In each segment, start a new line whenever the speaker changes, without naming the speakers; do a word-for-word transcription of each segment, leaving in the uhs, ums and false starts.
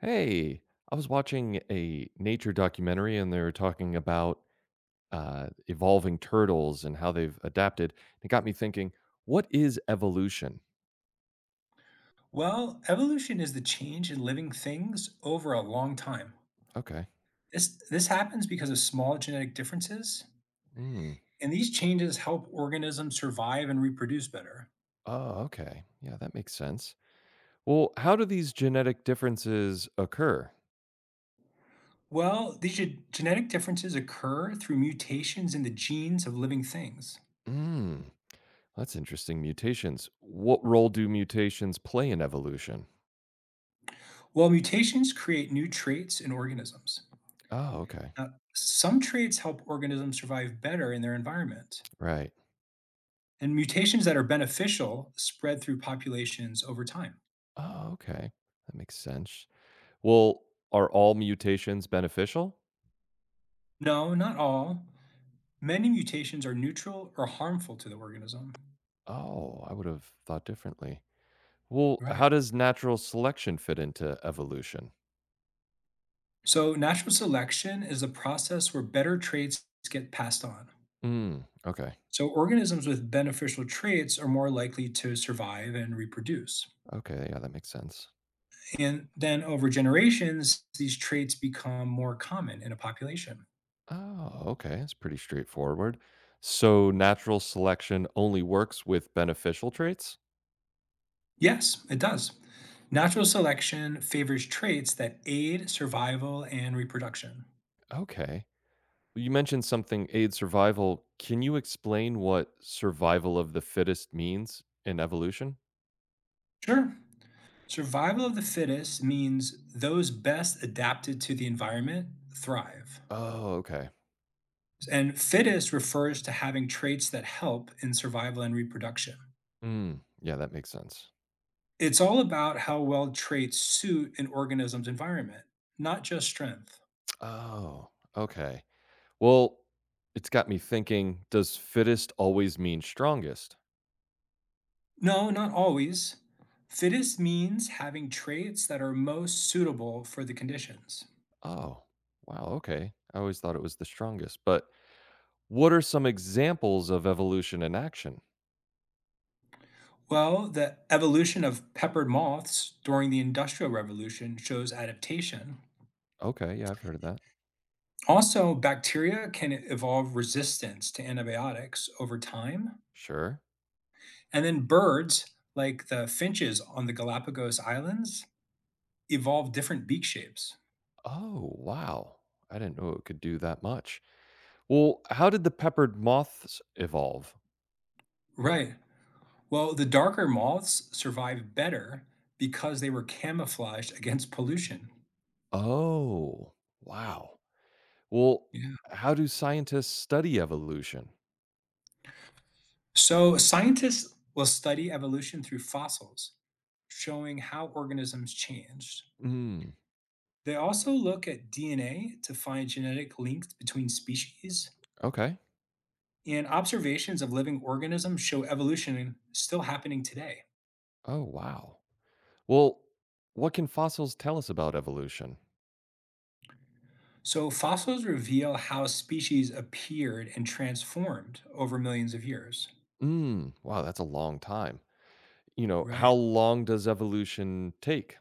Hey, I was watching a nature documentary and they were talking about uh, evolving turtles and how they've adapted. It got me thinking, what is evolution?
Well, evolution is the change in living things over a long time.
Okay.
This, this happens because of small genetic differences,
Mm.
and these changes help organisms survive and reproduce better.
Oh, okay. Yeah, that makes sense. Well, how do these genetic differences occur?
Well, these ge- genetic differences occur through mutations in the genes of living things.
Mm. That's interesting. Mutations. What role do mutations play in evolution?
Well, mutations create new traits in organisms.
Oh, okay.
Now, some traits help organisms survive better in their environment,
Right.
and mutations that are beneficial spread through populations over time.
Oh, okay. That makes sense. Well, are all mutations beneficial?
No, not all. Many mutations are neutral or harmful to the organism.
Oh, I would have thought differently. Well,
Right.
how does natural selection fit into evolution?
So, natural selection is a process where better traits get passed on.
Mm, okay.
So, organisms with beneficial traits are more likely to survive and reproduce.
Okay. Yeah, that makes sense.
And then over generations, these traits become more common in a population.
Oh, okay. It's pretty straightforward. So, natural selection only works with beneficial traits?
Yes, it does. Natural selection favors traits that aid survival and reproduction.
Okay. You mentioned something aids survival. Can you explain what survival of the fittest means in evolution?
Sure, survival of the fittest means those best adapted to the environment thrive.
Oh, okay.
And fittest refers to having traits that help in survival and reproduction.
Mm, yeah, that makes sense.
It's all about how well traits suit an organism's environment, not just strength.
Oh, okay. Well, it's got me thinking, does fittest always mean strongest?
No, not always. Fittest means having traits that are most suitable for the conditions.
Oh, wow, okay. I always thought it was the strongest. But what are some examples of evolution in action?
Well, the evolution of peppered moths during the Industrial Revolution shows adaptation.
Okay, yeah, I've heard of that.
Also, bacteria can evolve resistance to antibiotics over time.
Sure.
And then birds, like the finches on the Galapagos Islands, evolve different beak shapes.
Oh, wow. I didn't know it could do that much. Well, how did the peppered moths evolve?
Right. Well, the darker moths survive better because they were camouflaged against pollution.
Oh, wow. Well,
Yeah.
how do scientists study evolution?
So, scientists will study evolution through fossils, showing how organisms changed.
Hmm,
They also look at D N A to find genetic links between species,
okay.
and observations of living organisms show evolution still happening today.
Oh, wow. Well, what can fossils tell us about evolution?
So, fossils reveal how species appeared and transformed over millions of years.
Mm, wow, that's a long time. You know,
Right.
how long does evolution take?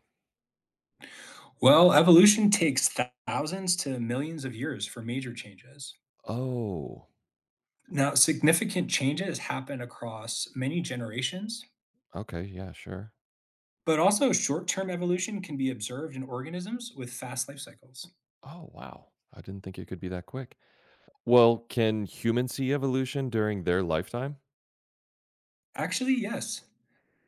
Well, evolution takes thou- thousands to millions of years for major changes.
Oh,
Now, significant changes happen across many generations,
okay, yeah, sure.
but also short term evolution can be observed in organisms with fast life cycles.
Oh, wow. I didn't think it could be that quick. Well, can humans see evolution during their lifetime?
Actually, yes.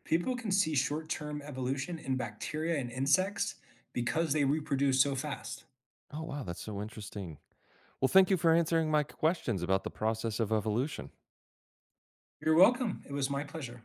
People can see short term evolution in bacteria and insects because they reproduce so fast.
Oh, wow, that's so interesting. Well, thank you for answering my questions about the process of evolution.
You're welcome. It was my pleasure.